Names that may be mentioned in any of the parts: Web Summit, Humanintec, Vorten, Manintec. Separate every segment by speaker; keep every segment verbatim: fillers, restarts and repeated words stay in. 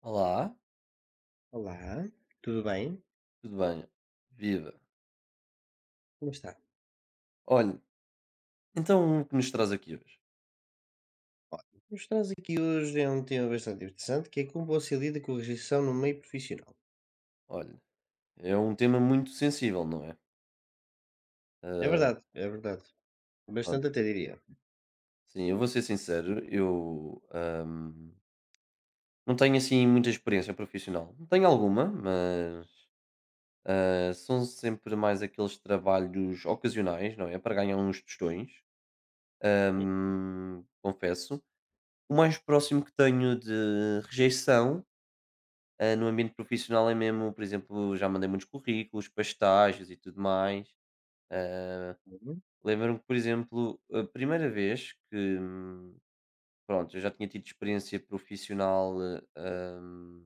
Speaker 1: Olá,
Speaker 2: Olá, tudo bem?
Speaker 1: tudo bem? Viva.
Speaker 2: Como está?
Speaker 1: Olha, então o que nos traz aqui hoje?
Speaker 2: Olha, o que nos traz aqui hoje é um tema bastante interessante, que é como você lida com a rejeição no meio profissional.
Speaker 1: Olha, é um tema muito sensível, não é?
Speaker 2: É
Speaker 1: Ah,
Speaker 2: verdade, é verdade.
Speaker 1: pronto.
Speaker 2: Bastante até diria.
Speaker 1: Sim, eu vou ser sincero, eu ahm, não tenho assim muita experiência profissional. Tenho alguma, mas ah, são sempre mais aqueles trabalhos ocasionais, não é? Para ganhar uns tostões, ahm, confesso. O mais próximo que tenho de rejeição, Ah, no ambiente profissional é mesmo, por exemplo, já mandei muitos currículos para estágios e tudo mais.
Speaker 2: Uhum.
Speaker 1: Lembro-me que, por exemplo, a primeira vez que, hum, pronto, eu já tinha tido experiência profissional, eh, hum,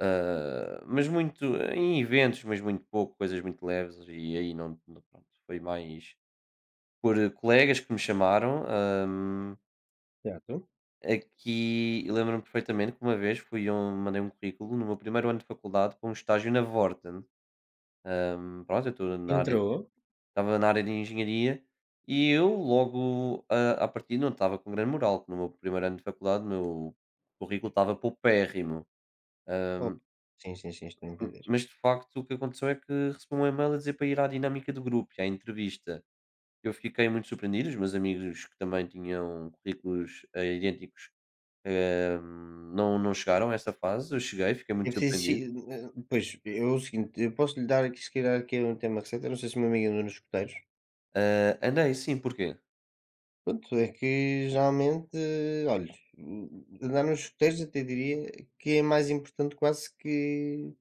Speaker 1: ah, mas muito em eventos, mas muito pouco, coisas muito leves, e aí não, não- pronto, foi mais por eh, colegas que me chamaram. hum,
Speaker 2: Certo.
Speaker 1: Aqui eu lembro-me perfeitamente que uma vez fui a um, mandei um currículo no meu primeiro ano de faculdade para um estágio na Vorten. Hum, pronto, eu estou na área
Speaker 2: Entrou.
Speaker 1: Estava na área de engenharia, e eu logo, a à partida, não estava com grande moral, que no meu primeiro ano de faculdade o meu currículo estava paupérrimo. Hum,
Speaker 2: Opa. Sim, sim, sim, estou a
Speaker 1: m
Speaker 2: entender.
Speaker 1: mas, de facto, o que aconteceu é que recebi um e-mail a dizer para ir à dinâmica do grupo e à entrevista. Eu fiquei muito surpreendido, os meus amigos que também tinham currículos, eh, idênticos, hum, não não chegaram a essa fase, eu cheguei, fiquei
Speaker 2: É
Speaker 1: muito
Speaker 2: preciso... se-
Speaker 1: surpreendido.
Speaker 2: eh, Pois, é o seguinte, eu posso lhe dar aqui, se calhar, que é um tema receita, não sei se uma amiga andou nos escuteiros.
Speaker 1: Ah, andei, sim, porquê?
Speaker 2: Pronto, é que geralmente, olha, andar nos escuteiros até diria que é mais importante quase que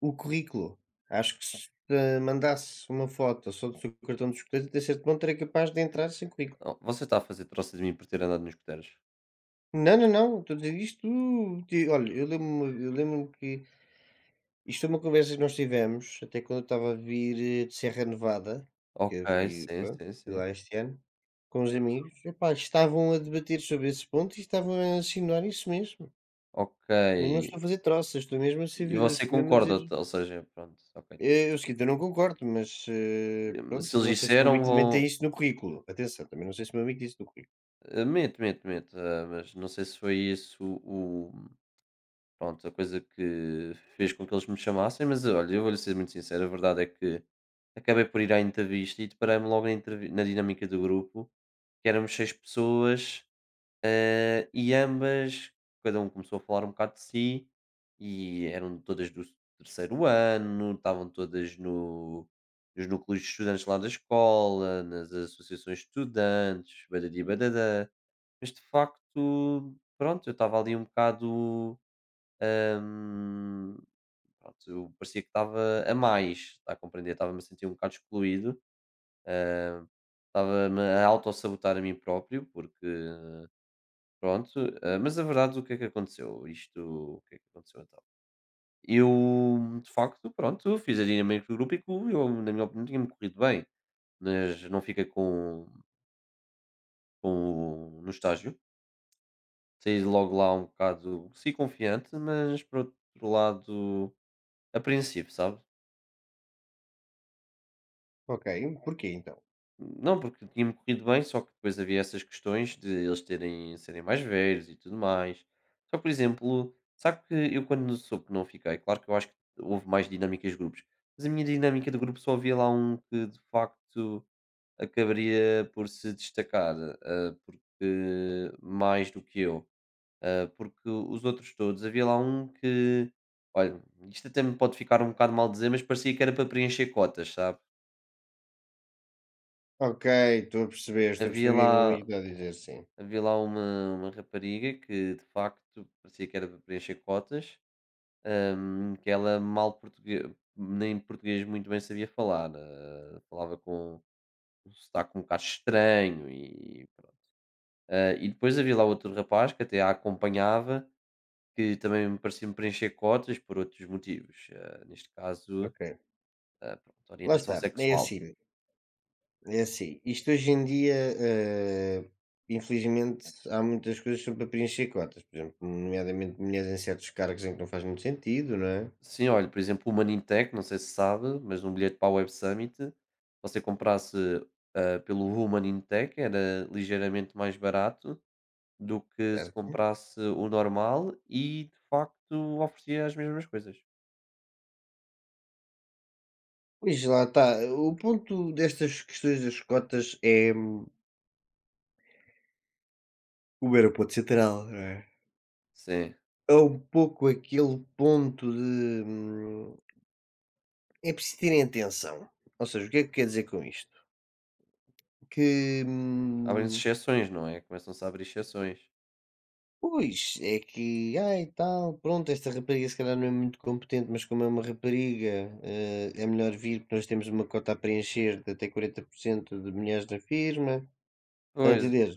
Speaker 2: o currículo. Acho que se eh, mandasse uma foto só do seu cartão de escoteiro, até certo ponto era capaz de entrar sem currículo.
Speaker 1: "Oh, você está a fazer troça de mim por ter andado nos escuteiros?"
Speaker 2: Não, não, não, estou a dizer isto. ti- Olha, eu lembro-me eu lembro que isto é uma conversa que nós tivemos, até quando eu estava a vir eh, de Serra Nevada, que
Speaker 1: Ok,
Speaker 2: eu fui,
Speaker 1: sim,
Speaker 2: pronto,
Speaker 1: sim,
Speaker 2: fui
Speaker 1: sim.
Speaker 2: lá este ano, com os amigos. Epá, estavam a debater sobre esse ponto e estavam a insinuar isso mesmo.
Speaker 1: Ok.
Speaker 2: Eu não estou a fazer troças, estou mesmo a, ser-
Speaker 1: E você
Speaker 2: estou mesmo a
Speaker 1: concorda,
Speaker 2: dizer.
Speaker 1: ou seja, pronto, ok.
Speaker 2: Eh, é seguinte, eu não concordo, mas, eh,
Speaker 1: Eh,
Speaker 2: pronto,
Speaker 1: se eles
Speaker 2: não sei se o meu
Speaker 1: disseram,
Speaker 2: amigo também
Speaker 1: vão,
Speaker 2: tem isso no currículo. Atenção, também não sei se o meu amigo tem isso no currículo.
Speaker 1: eh, mete, mete, mete, eh, mas não sei se foi isso o, pronto, a coisa que fez com que eles me chamassem. Mas olha, eu vou-lhe ser muito sincero, a verdade é que acabei por ir à entrevista e deparei-me logo na entrevi na dinâmica do grupo, que éramos seis pessoas. Ah, e ambas, cada um começou a falar um bocado de si, e eram todas do terceiro ano, estavam todas no, nos núcleos de estudantes lá da escola, nas associações de estudantes, badadi badadã. Mas de facto, pronto, eu estava ali um bocado. hum, Pronto, eu parecia que estava a mais, está a compreender? Estava-me a sentir um bocado excluído. ah, Estava-me a auto-sabotar a mim próprio, porque, pronto, eh, mas a verdade, o que é que aconteceu? Isto, o que é que aconteceu então? Eu, de facto, pronto, fiz a dinâmica do grupo e co- eu, na minha opinião, tinha-me corrido bem, mas não fiquei com, com no estágio. Saí logo lá um bocado, sim, confiante, mas por outro lado, apreensivo, sabe?
Speaker 2: Ok, porquê então?
Speaker 1: Não, porque tinha-me corrido bem, só que depois havia essas questões de eles terem, serem mais velhos e tudo mais. Só que, por exemplo, sabe que eu, quando soube que não fiquei, claro que eu acho que houve mais dinâmicas de grupos, mas a minha dinâmica de grupo só havia lá um que de facto acabaria por se destacar, ah, porque mais do que eu, ah, porque os outros todos, havia lá um que, olha, isto até me pode ficar um bocado mal dizer, mas parecia que era para preencher cotas, sabe?
Speaker 2: Ok, estou a perceber, estou a
Speaker 1: Havia
Speaker 2: perceber o que é que o meu amigo
Speaker 1: lá
Speaker 2: está a dizer, sim.
Speaker 1: havia lá uma, uma rapariga que de facto parecia que era para preencher cotas, hum, que ela mal português, nem português muito bem sabia falar, eh, falava com um sotaque um bocado estranho e pronto. Eh, e depois havia lá outro rapaz que até a acompanhava, que também me parecia preencher cotas por outros motivos, eh, neste caso,
Speaker 2: Ok.
Speaker 1: eh, pronto,
Speaker 2: Lá
Speaker 1: orientação
Speaker 2: está, é
Speaker 1: sexual.
Speaker 2: assim, é assim. Isto hoje em dia, eh, infelizmente, há muitas coisas que são para preencher cotas, por exemplo, nomeadamente mulheres em certos cargos em que não faz muito sentido, não é?
Speaker 1: Sim, olha, por exemplo, o Manintec, não sei se sabe, mas num bilhete para a Web Summit, você comprasse ah, pelo Humanintec era ligeiramente mais barato do que se
Speaker 2: Certo.
Speaker 1: comprasse o normal e de facto oferecia as mesmas coisas.
Speaker 2: Pois lá está, o ponto destas questões das cotas é hum, o aeroporto central, não é?
Speaker 1: Sim,
Speaker 2: É um pouco aquele ponto de, hum, é preciso terem atenção. Ou seja, o que é que quer dizer com isto? Que,
Speaker 1: abrem-se
Speaker 2: hum,
Speaker 1: exceções, não é? Começam-se a abrir exceções.
Speaker 2: pois, é que, ai tal, pronto, esta rapariga se calhar não é muito competente, mas como é uma rapariga, eh, é melhor vir porque nós temos uma cota a preencher de até quarenta por cento de mulheres na firma. Está a
Speaker 1: Pois,
Speaker 2: entender?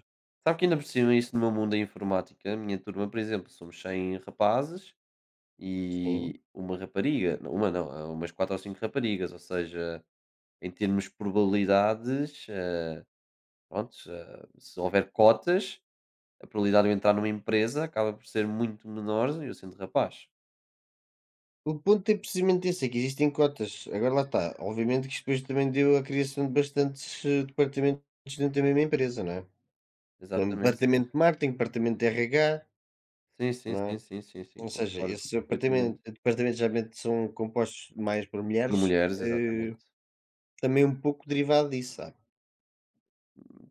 Speaker 1: sabe que ainda por cima isso no meu mundo da informática, a minha turma, por exemplo, somos cem rapazes
Speaker 2: Sim.
Speaker 1: e uma rapariga, não, uma não, há umas quatro ou cinco raparigas, ou seja, em termos de probabilidades, eh, pronto, eh, se houver cotas, a probabilidade de eu entrar numa empresa acaba por ser muito menor, e eu sendo rapaz.
Speaker 2: O ponto é precisamente esse, é que existem cotas. Agora lá está. Obviamente que isto depois também deu a criação de bastantes eh, departamentos dentro da mesma empresa, não é? Hum,
Speaker 1: Exatamente, sim.
Speaker 2: departamento de marketing, departamento de R H,
Speaker 1: Sim, sim,
Speaker 2: não
Speaker 1: sim,
Speaker 2: é?
Speaker 1: sim, sim, sim,
Speaker 2: Ou seja,
Speaker 1: concordo
Speaker 2: esses
Speaker 1: perfeitamente.
Speaker 2: departamen departamentos geralmente são compostos mais por
Speaker 1: Por
Speaker 2: mulheres,
Speaker 1: mulheres,
Speaker 2: eh,
Speaker 1: exatamente.
Speaker 2: também um pouco derivado disso, sabe.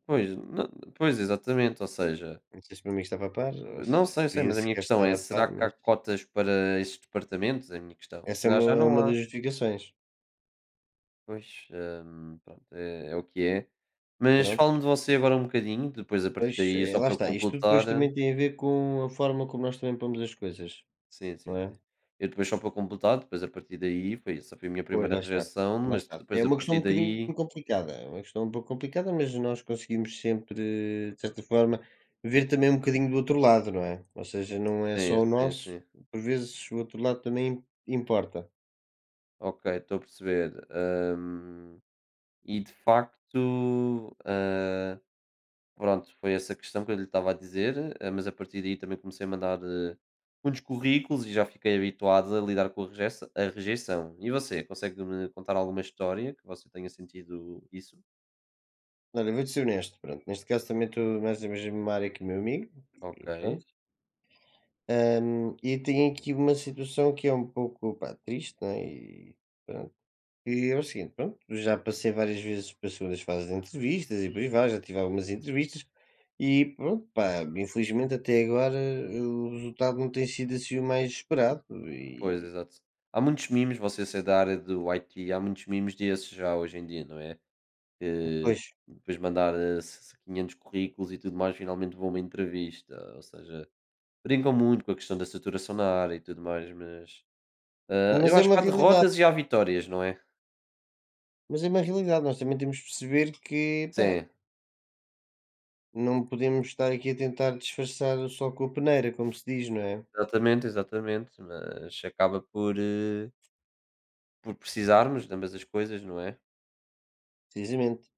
Speaker 1: Pois, não, pois, exatamente, ou seja,
Speaker 2: Não sei se o meu estava a par ou se
Speaker 1: não sei, sei,
Speaker 2: queria
Speaker 1: mas a minha
Speaker 2: sequer
Speaker 1: questão
Speaker 2: estar
Speaker 1: é:
Speaker 2: a par,
Speaker 1: será que há
Speaker 2: mas
Speaker 1: cotas para esses departamentos? É a minha questão. Se
Speaker 2: essa é
Speaker 1: calhar
Speaker 2: uma
Speaker 1: já
Speaker 2: é
Speaker 1: não
Speaker 2: uma das
Speaker 1: há.
Speaker 2: justificações.
Speaker 1: Pois, hum, pronto, é, é o que é. Mas
Speaker 2: Pronto,
Speaker 1: fala me de você agora um bocadinho, depois a partir
Speaker 2: pois,
Speaker 1: daí,
Speaker 2: eh,
Speaker 1: só
Speaker 2: lá
Speaker 1: para eu
Speaker 2: está, isto tudo
Speaker 1: completar,
Speaker 2: depois
Speaker 1: eh,
Speaker 2: também tem a ver com a forma como nós também pomos as coisas,
Speaker 1: sim, sim,
Speaker 2: não é?
Speaker 1: sim. Eu, depois, só para completar, depois a partir daí, foi essa, foi a minha
Speaker 2: Pois,
Speaker 1: primeira
Speaker 2: lá está.
Speaker 1: rejeição,
Speaker 2: Lá
Speaker 1: mas
Speaker 2: está.
Speaker 1: depois
Speaker 2: É
Speaker 1: a
Speaker 2: uma questão um
Speaker 1: partir
Speaker 2: bocadinho
Speaker 1: daí,
Speaker 2: complicada, é uma questão um pouco complicada, mas nós conseguimos sempre, de certa forma, ver também um bocadinho do outro lado, não é? Ou seja, não é
Speaker 1: sim,
Speaker 2: só o
Speaker 1: sim,
Speaker 2: nosso,
Speaker 1: sim.
Speaker 2: por vezes o outro lado também importa.
Speaker 1: Ok, estou a perceber. Hum, e de facto, ah, pronto, foi essa questão que eu lhe estava a dizer, ah, mas a partir daí também comecei a mandar ah, uns currículos e já fiquei habituado a lidar com a rejeição. A rejeição. E você, consegue-me contar alguma história que você tenha sentido isso?
Speaker 2: Olha, vou-te ser honesto, pronto. Neste caso também estou mais na mesma área que o meu amigo,
Speaker 1: Ok.
Speaker 2: e pronto. Ahm, e tenho aqui uma situação que é um pouco, pá, triste, não é? E pronto, e é o seguinte, pronto, já passei várias vezes para segundas fases de entrevistas e por aí vai, já tive algumas entrevistas e pronto, pá, infelizmente até agora o resultado não tem sido assim o mais esperado
Speaker 1: Pois,
Speaker 2: e
Speaker 1: exato. Há muitos memes, você ser da área do I T, há muitos memes desses já hoje em dia, não é? Que
Speaker 2: pois,
Speaker 1: depois mandar eh, se- quinhentos currículos e tudo mais, finalmente vou a uma entrevista. Ou seja, brincam muito com a questão da saturação na área e tudo mais, mas eh,
Speaker 2: mas
Speaker 1: eu
Speaker 2: é
Speaker 1: acho
Speaker 2: uma
Speaker 1: que há
Speaker 2: realidade,
Speaker 1: derrotas e há vitórias, não é?
Speaker 2: mas é uma realidade, nós também temos de perceber que, pá,
Speaker 1: Sim,
Speaker 2: não podemos estar aqui a tentar disfarçar o sol com a peneira, como se diz, não é?
Speaker 1: exatamente, exatamente. Mas acaba por, eh, por precisarmos de ambas as coisas, não é?
Speaker 2: Precisamente,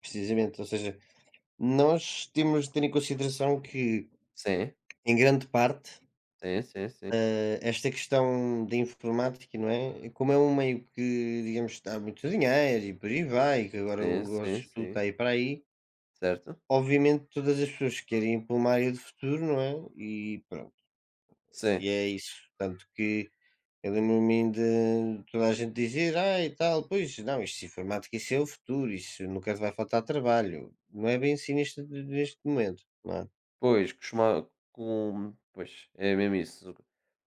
Speaker 2: precisamente, ou seja, nós temos de ter em consideração que,
Speaker 1: Sim,
Speaker 2: em grande parte,
Speaker 1: sim, sim, sim,
Speaker 2: Eh, esta questão da informática, não é? Como é um meio que, digamos, dá muito dinheiro e por aí vai, que agora o
Speaker 1: sim, sim,
Speaker 2: negócio tudo está
Speaker 1: sim,
Speaker 2: aí para aí,
Speaker 1: certo?
Speaker 2: obviamente todas as pessoas querem ir para uma área de futuro, não é? E pronto,
Speaker 1: Sim.
Speaker 2: e é isso. Tanto que eu lembro-me ainda de toda a gente dizer, ah, e tal, pois não, isto de informática, isso é o futuro, isso nunca te vai faltar trabalho. Não é bem assim neste, neste momento, não é?
Speaker 1: Pois, costuma com, pois, é mesmo isso.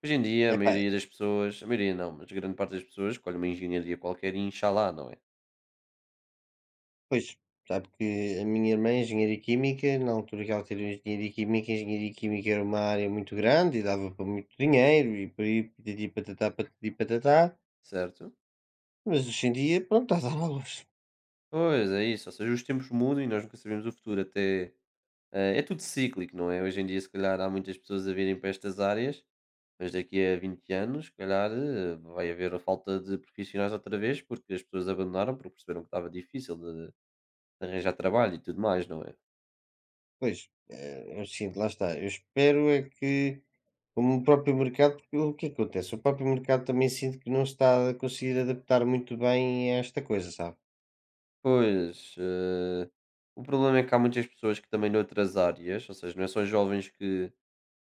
Speaker 1: Hoje em dia a
Speaker 2: Epá,
Speaker 1: maioria das pessoas, a maioria não, mas grande parte das pessoas escolhe uma engenharia qualquer e inxalá, não é?
Speaker 2: pois, sabe que a minha irmã é engenheira química, na altura que ela tirou engenharia química, engenharia química era uma área muito grande e dava para muito dinheiro e por aí patati patatá, patati patatá,
Speaker 1: Certo?
Speaker 2: mas hoje em dia, pronto, está a dar à luz.
Speaker 1: Pois, é isso, ou seja, os tempos mudam e nós nunca sabemos o futuro até, eh, é tudo cíclico, não é? Hoje em dia se calhar há muitas pessoas a virem para estas áreas, mas daqui a vinte anos se calhar, eh, vai haver a falta de profissionais outra vez, porque as pessoas abandonaram porque perceberam que estava difícil de de arranjar trabalho e tudo mais, não é?
Speaker 2: Pois, eh, é o seguinte, lá está. Eu espero é que, como o próprio mercado, porque o que é que acontece? O próprio mercado também sinto que não está a conseguir adaptar muito bem a esta coisa, sabe?
Speaker 1: Pois, eh, o problema é que há muitas pessoas que também de outras áreas, ou seja, não é só jovens que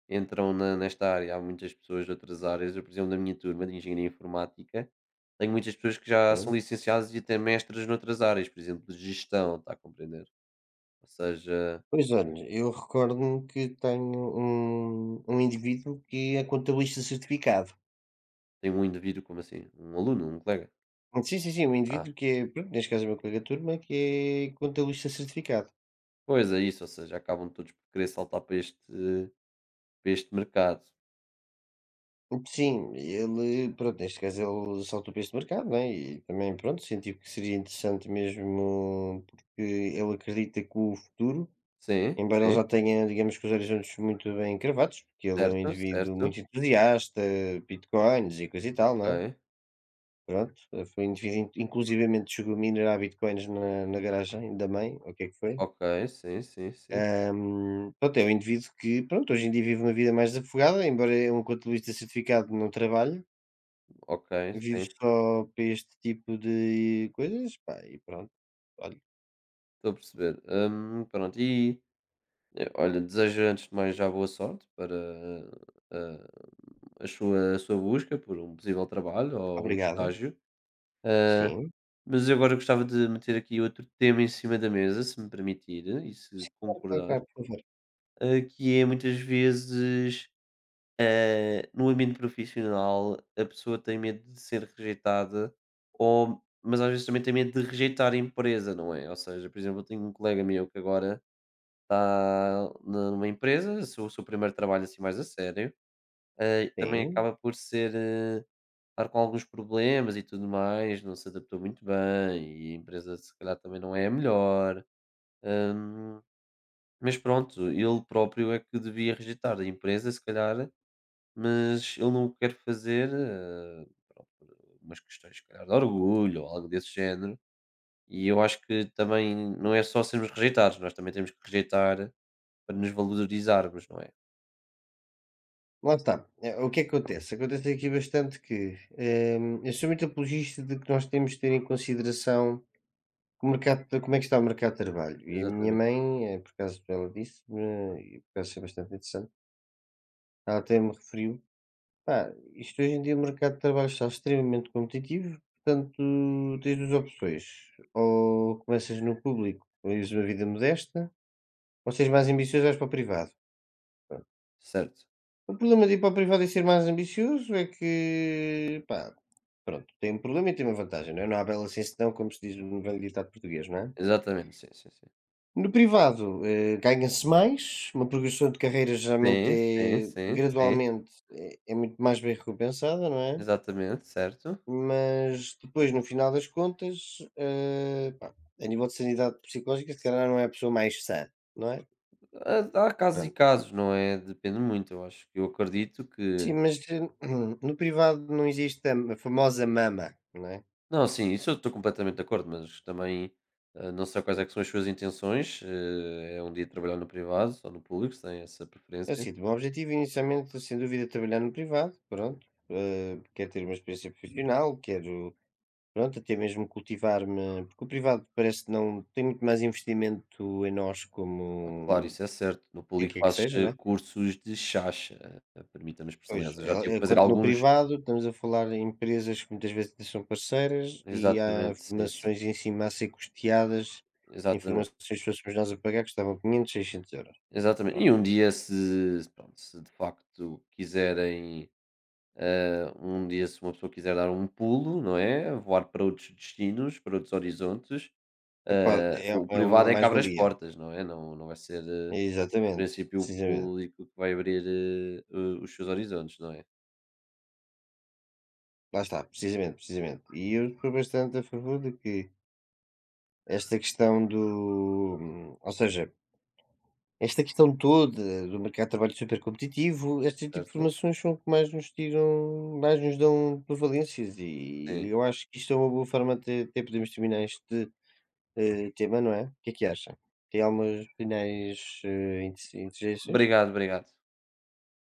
Speaker 1: entram na- nesta área, há muitas pessoas de outras áreas. Eu, por exemplo, da minha turma de engenharia informática, tenho muitas pessoas que já são
Speaker 2: Sim.
Speaker 1: licenciadas e até mestres noutras áreas, por exemplo, de gestão, está a compreender? Ou seja,
Speaker 2: Pois olha, eu recordo-me que tenho um, um indivíduo que é contabilista certificado.
Speaker 1: tem um indivíduo como assim, um aluno, um colega.
Speaker 2: Sim, sim, sim, um
Speaker 1: Ah,
Speaker 2: indivíduo que é, pronto, neste caso é o meu colega de turma, que é contabilista certificado.
Speaker 1: pois é isso, ou seja, acabam todos por querer saltar para este, para este mercado.
Speaker 2: Sim, ele, pronto, neste caso ele saltou para este mercado, né? E também, pronto, sentiu que seria interessante mesmo, porque ele acredita que o futuro,
Speaker 1: Sim,
Speaker 2: embora ele
Speaker 1: sim,
Speaker 2: já tenha, digamos que os horizontes muito bem cravados, porque ele é um
Speaker 1: certo,
Speaker 2: indivíduo
Speaker 1: certo.
Speaker 2: muito entusiasta, bitcoins e coisa e tal, né.
Speaker 1: Ok,
Speaker 2: Pronto, foi um indivíduo, inclusivamente chegou a minerar bitcoins na, na garagem da mãe, ou o que é que foi?
Speaker 1: ok, sim, sim, sim.
Speaker 2: Ahm, pronto, é um indivíduo que, pronto, hoje em dia vive uma vida mais desafogada, embora é um contabilista certificado, não trabalho,
Speaker 1: Ok,
Speaker 2: vivo
Speaker 1: sim,
Speaker 2: só para este tipo de coisas, pá, e pronto. Olha,
Speaker 1: estou a perceber. Hum, pronto, e eh, olha, desejo, antes de mais, já boa sorte para ah, a, sua, a sua busca por um possível trabalho ou um
Speaker 2: obrigado.
Speaker 1: estágio. Ah,
Speaker 2: Sim.
Speaker 1: mas eu agora gostava de meter aqui outro tema em cima da mesa, se me permitir, eh, e se
Speaker 2: Sim, claro, claro,
Speaker 1: concordar,
Speaker 2: claro, por favor.
Speaker 1: ah, que é, muitas vezes, Eh, no ambiente profissional, a pessoa tem medo de ser rejeitada, ou, mas às vezes também tem medo de rejeitar a empresa, não é? Ou seja, por exemplo, eu tenho um colega meu que agora está na- numa empresa, seu, o seu primeiro trabalho assim mais a sério, eh, também
Speaker 2: Sim.
Speaker 1: acaba por ser, eh, estar com alguns problemas e tudo mais, não se adaptou muito bem, e a empresa se calhar também não é a melhor, hum, mas pronto, ele próprio é que devia rejeitar a empresa, se calhar, mas ele não o quer fazer. Eh, umas questões, se calhar, de orgulho ou algo desse género. E eu acho que também não é só sermos rejeitados, nós também temos que rejeitar para nos valorizarmos, não é?
Speaker 2: Lá está. Eh, O que é que acontece? Acontece aqui bastante que ehm, eu sou muito apologista de que nós temos de ter em consideração o mercado, de- como é que está o mercado de trabalho. E a minha
Speaker 1: Exatamente.
Speaker 2: mãe, eh, por acaso ela disse, eh, e por acaso é bastante interessante, ela até me referiu pá, isto hoje em dia o mercado de trabalho está extremamente competitivo, portanto tens duas opções, ou começas no público, ou vives uma vida modesta, ou se és mais ambicioso vais para o privado.
Speaker 1: Certo.
Speaker 2: O problema de ir para o privado e ser mais ambicioso é que, pá, pronto, tem um problema e tem uma vantagem, não é? Não há bela sem senão, como se diz no velho ditado português, não é?
Speaker 1: Exatamente, sim, sim, sim.
Speaker 2: No privado, eh, ganha-se mais, uma progressão de carreira geralmente
Speaker 1: Sim, sim,
Speaker 2: é,
Speaker 1: sim, sim.
Speaker 2: gradualmente, é, é muito mais bem recompensada, não é?
Speaker 1: Exatamente, certo.
Speaker 2: Mas depois, no final das contas, eh, pá, a nível de sanidade psicológica, se calhar não é a pessoa mais sã, não é?
Speaker 1: Há, há casos e
Speaker 2: Pronto.
Speaker 1: casos, não é? Depende muito, eu acho. Eu acredito que.
Speaker 2: Sim, mas eh, no privado não existe a a famosa mama, não é?
Speaker 1: Não, sim, isso eu estou completamente de acordo, mas também eh, não sei quais é que são as suas intenções. eh, É, um dia, trabalhar no privado ou no público, se tem essa
Speaker 2: É o
Speaker 1: preferência.
Speaker 2: seguinte, o meu objetivo inicialmente, sem dúvida, é trabalhar no privado, pronto. eh, quero ter uma experiência profissional, quero, pronto, até mesmo cultivar-me, porque o privado parece que não tem muito mais investimento em nós
Speaker 1: Ah, claro,
Speaker 2: como o
Speaker 1: isso é certo. No público
Speaker 2: que é que
Speaker 1: fazes,
Speaker 2: seja,
Speaker 1: eh,
Speaker 2: né?
Speaker 1: cursos de chacha, eh, eh, permita-me a expressão,
Speaker 2: Pois,
Speaker 1: aliás, eu já tive
Speaker 2: eh,
Speaker 1: que fazer
Speaker 2: enquanto no
Speaker 1: alguns,
Speaker 2: privado estamos a falar em empresas que muitas vezes são parceiras e há
Speaker 1: exatamente, sim, sim,
Speaker 2: formações em cima a ser custeadas,
Speaker 1: exatamente,
Speaker 2: informações que fôssemos nós a pagar custavam quinhentos, seiscentos euros.
Speaker 1: exatamente.
Speaker 2: Pronto.
Speaker 1: E um dia, se se, pronto, se de facto quiserem, eh, um dia, se uma pessoa quiser dar um pulo, não é, voar para outros destinos, para outros horizontes,
Speaker 2: Epá,
Speaker 1: eh,
Speaker 2: é
Speaker 1: o
Speaker 2: é
Speaker 1: privado
Speaker 2: uma
Speaker 1: é que abre as
Speaker 2: mais-valia.
Speaker 1: portas, não é? Não não vai ser, eh, em
Speaker 2: Exatamente,
Speaker 1: princípio, o
Speaker 2: precisamente.
Speaker 1: público que vai abrir, eh, o os seus horizontes, não é?
Speaker 2: Lá está, precisamente, precisamente. E eu estou bastante a favor de que esta questão do ou seja esta questão toda do mercado de trabalho super competitivo, este tipo de
Speaker 1: Certo?
Speaker 2: informações são o que mais nos tiram mais nos dão prevalências e
Speaker 1: Sim.
Speaker 2: eu acho que isto é uma boa forma de até podermos terminar este, eh, tema, não é? O que é que acha? Tem algumas finais, eh, inte inteligências?
Speaker 1: Obrigado, obrigado.